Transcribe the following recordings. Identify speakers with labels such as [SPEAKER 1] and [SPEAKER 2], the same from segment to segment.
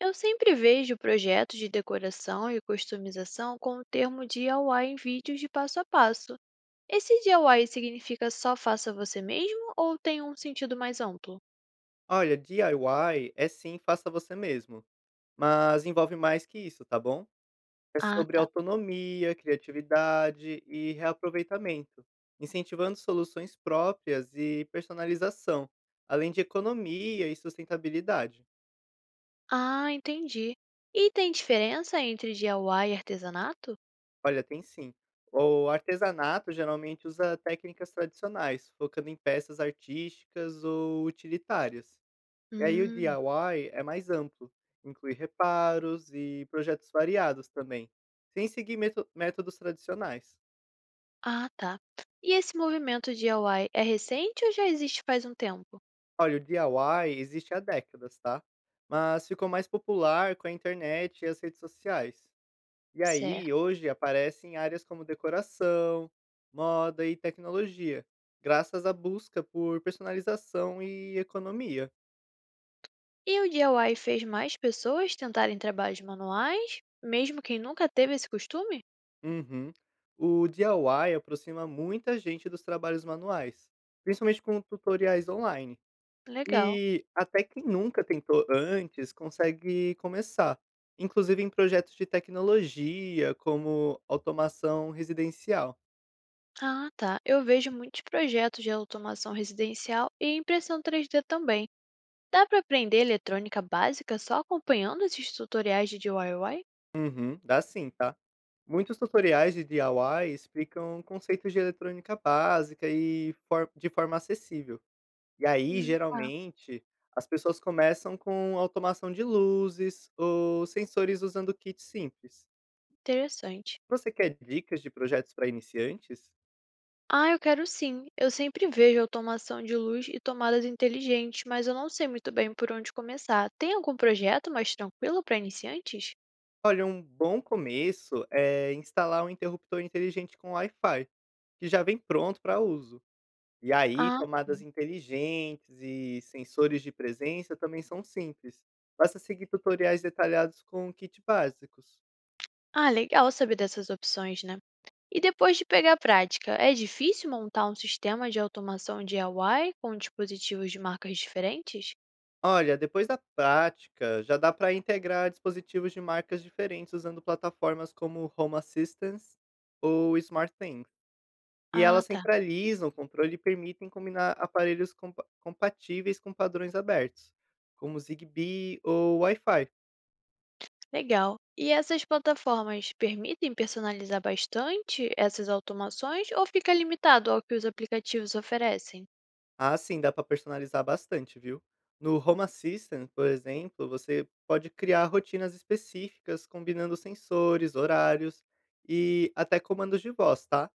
[SPEAKER 1] Eu sempre vejo projetos de decoração e customização com o termo DIY em vídeos de passo a passo. Esse DIY significa só faça você mesmo ou tem um sentido mais amplo?
[SPEAKER 2] Olha, DIY é sim, faça você mesmo, mas envolve mais que isso, tá bom? É
[SPEAKER 1] Ah,
[SPEAKER 2] sobre
[SPEAKER 1] tá.
[SPEAKER 2] autonomia, criatividade e reaproveitamento, incentivando soluções próprias e personalização, além de economia e sustentabilidade.
[SPEAKER 1] Ah, entendi. E tem diferença entre DIY e artesanato?
[SPEAKER 2] Olha, tem sim. O artesanato geralmente usa técnicas tradicionais, focando em peças artísticas ou utilitárias. E aí o
[SPEAKER 1] Hum,
[SPEAKER 2] DIY é mais amplo, inclui reparos e projetos variados também, sem seguir meto métodos tradicionais.
[SPEAKER 1] ah, tá. E esse movimento DIY é recente ou já existe faz um tempo?
[SPEAKER 2] Olha, o DIY existe há décadas, tá? Mas ficou mais popular com a internet e as redes sociais. E
[SPEAKER 1] Certo.
[SPEAKER 2] aí, hoje aparece em áreas como decoração, moda e tecnologia, graças à busca por personalização e economia.
[SPEAKER 1] E o DIY fez mais pessoas tentarem trabalhos manuais, mesmo quem nunca teve esse costume?
[SPEAKER 2] Uhum. O DIY aproxima muita gente dos trabalhos manuais, principalmente com tutoriais online.
[SPEAKER 1] Legal.
[SPEAKER 2] E até quem nunca tentou antes consegue começar, inclusive em projetos de tecnologia, como automação residencial.
[SPEAKER 1] Ah, tá. Eu vejo muitos projetos de automação residencial e impressão 3D também. Dá para aprender eletrônica básica só acompanhando esses tutoriais de DIY?
[SPEAKER 2] Uhum, dá sim, tá? Muitos tutoriais de DIY explicam conceitos de eletrônica básica e de forma acessível. E aí,
[SPEAKER 1] Hum,
[SPEAKER 2] geralmente, as pessoas começam com automação de luzes ou sensores usando kits simples.
[SPEAKER 1] interessante.
[SPEAKER 2] Você quer dicas de projetos para iniciantes?
[SPEAKER 1] Ah, eu quero sim. Eu sempre vejo automação de luz e tomadas inteligentes, mas eu não sei muito bem por onde começar. Tem algum projeto mais tranquilo para iniciantes?
[SPEAKER 2] Olha, um bom começo é instalar um interruptor inteligente com Wi-Fi, que já vem pronto para uso. E aí,
[SPEAKER 1] Ah,
[SPEAKER 2] tomadas
[SPEAKER 1] sim.
[SPEAKER 2] inteligentes e sensores de presença também são simples. Basta seguir tutoriais detalhados com kit básicos.
[SPEAKER 1] Ah, legal saber dessas opções, né? E depois de pegar a prática, é difícil montar um sistema de automação DIY com dispositivos de marcas diferentes?
[SPEAKER 2] Olha, depois da prática, já dá para integrar dispositivos de marcas diferentes usando plataformas como Home Assistance ou SmartThings. E
[SPEAKER 1] Ah,
[SPEAKER 2] elas
[SPEAKER 1] tá.
[SPEAKER 2] centralizam o controle e permitem combinar aparelhos compatíveis com padrões abertos, como Zigbee ou Wi-Fi.
[SPEAKER 1] Legal. E essas plataformas permitem personalizar bastante essas automações ou fica limitado ao que os aplicativos oferecem?
[SPEAKER 2] Ah, sim, dá para personalizar bastante, viu? No Home Assistant, por exemplo, você pode criar rotinas específicas combinando sensores, horários e até comandos de voz, tá?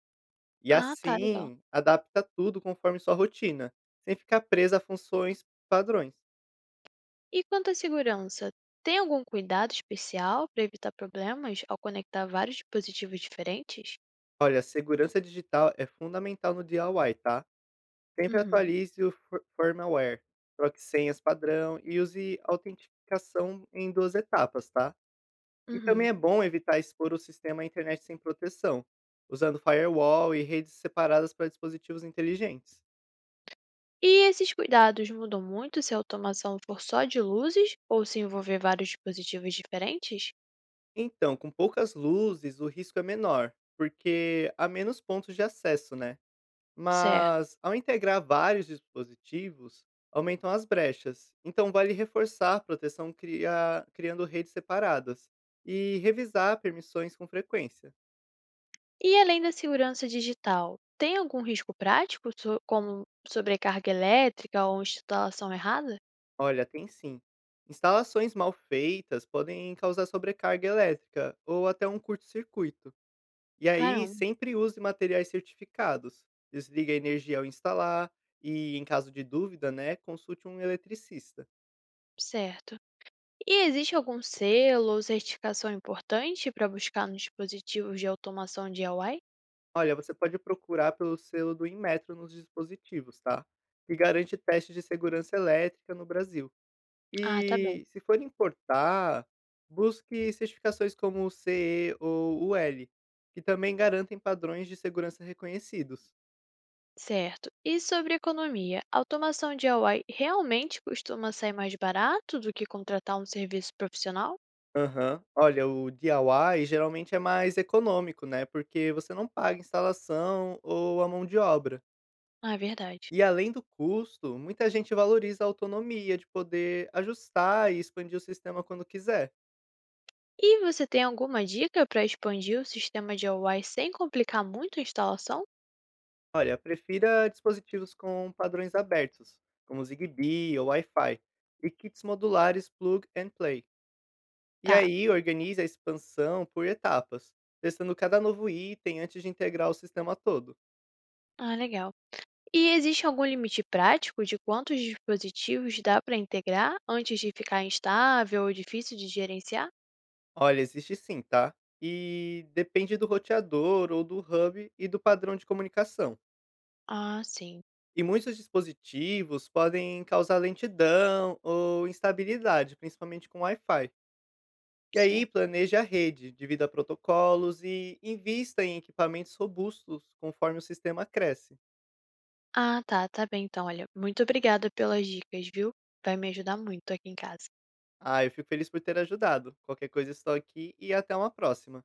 [SPEAKER 2] E
[SPEAKER 1] Ah, tá, legal.
[SPEAKER 2] assim, adapta tudo conforme sua rotina, sem ficar presa a funções padrões.
[SPEAKER 1] E quanto à segurança, tem algum cuidado especial para evitar problemas ao conectar vários dispositivos diferentes?
[SPEAKER 2] Olha, segurança digital é fundamental no DIY, tá? Sempre
[SPEAKER 1] Uhum,
[SPEAKER 2] atualize o firmware, troque senhas padrão e use autenticação em duas etapas, tá? E também
[SPEAKER 1] uhum.
[SPEAKER 2] é bom evitar expor o sistema à internet sem proteção, usando firewall e redes separadas para dispositivos inteligentes.
[SPEAKER 1] E esses cuidados mudam muito se a automação for só de luzes ou se envolver vários dispositivos diferentes?
[SPEAKER 2] Então, com poucas luzes, o risco é menor, porque há menos pontos de acesso, né?
[SPEAKER 1] Certo.
[SPEAKER 2] Mas, ao integrar vários dispositivos, aumentam as brechas. Então, vale reforçar a proteção criando redes separadas e revisar permissões com frequência.
[SPEAKER 1] E além da segurança digital, tem algum risco prático, como sobrecarga elétrica ou instalação errada?
[SPEAKER 2] Olha, tem sim. Instalações mal feitas podem causar sobrecarga elétrica ou até um curto-circuito. E aí,
[SPEAKER 1] Caramba,
[SPEAKER 2] sempre use materiais certificados. Desligue a energia ao instalar e, em caso de dúvida, né, consulte um eletricista.
[SPEAKER 1] certo. E existe algum selo ou certificação importante para buscar nos dispositivos de automação DIY?
[SPEAKER 2] Olha, você pode procurar pelo selo do Inmetro nos dispositivos, tá? Que garante teste de segurança elétrica no Brasil.
[SPEAKER 1] Ah, tá bem.
[SPEAKER 2] E se for importar, busque certificações como o CE ou o L, que também garantem padrões de segurança reconhecidos.
[SPEAKER 1] Certo. E sobre economia, a automação DIY realmente costuma sair mais barato do que contratar um serviço profissional?
[SPEAKER 2] Aham. Olha, o DIY geralmente é mais econômico, né? Porque você não paga instalação ou a mão de obra.
[SPEAKER 1] Ah, é verdade.
[SPEAKER 2] E além do custo, muita gente valoriza a autonomia de poder ajustar e expandir o sistema quando quiser.
[SPEAKER 1] E você tem alguma dica para expandir o sistema DIY sem complicar muito a instalação?
[SPEAKER 2] Olha, prefira dispositivos com padrões abertos, como Zigbee ou Wi-Fi, e kits modulares plug and play. E
[SPEAKER 1] Tá.
[SPEAKER 2] aí, organize a expansão por etapas, testando cada novo item antes de integrar o sistema todo.
[SPEAKER 1] Ah, legal. E existe algum limite prático de quantos dispositivos dá para integrar antes de ficar instável ou difícil de gerenciar?
[SPEAKER 2] Olha, existe sim, tá? E depende do roteador ou do hub e do padrão de comunicação.
[SPEAKER 1] Ah, sim,
[SPEAKER 2] E muitos dispositivos podem causar lentidão ou instabilidade, principalmente com Wi-Fi. E aí,
[SPEAKER 1] certo.
[SPEAKER 2] planeje a rede, divida protocolos e invista em equipamentos robustos conforme o sistema cresce.
[SPEAKER 1] Ah, tá, tá bem então. Olha, muito obrigada pelas dicas, viu? Vai me ajudar muito aqui em casa.
[SPEAKER 2] Ah, eu fico feliz por ter ajudado. Qualquer coisa estou aqui e até uma próxima.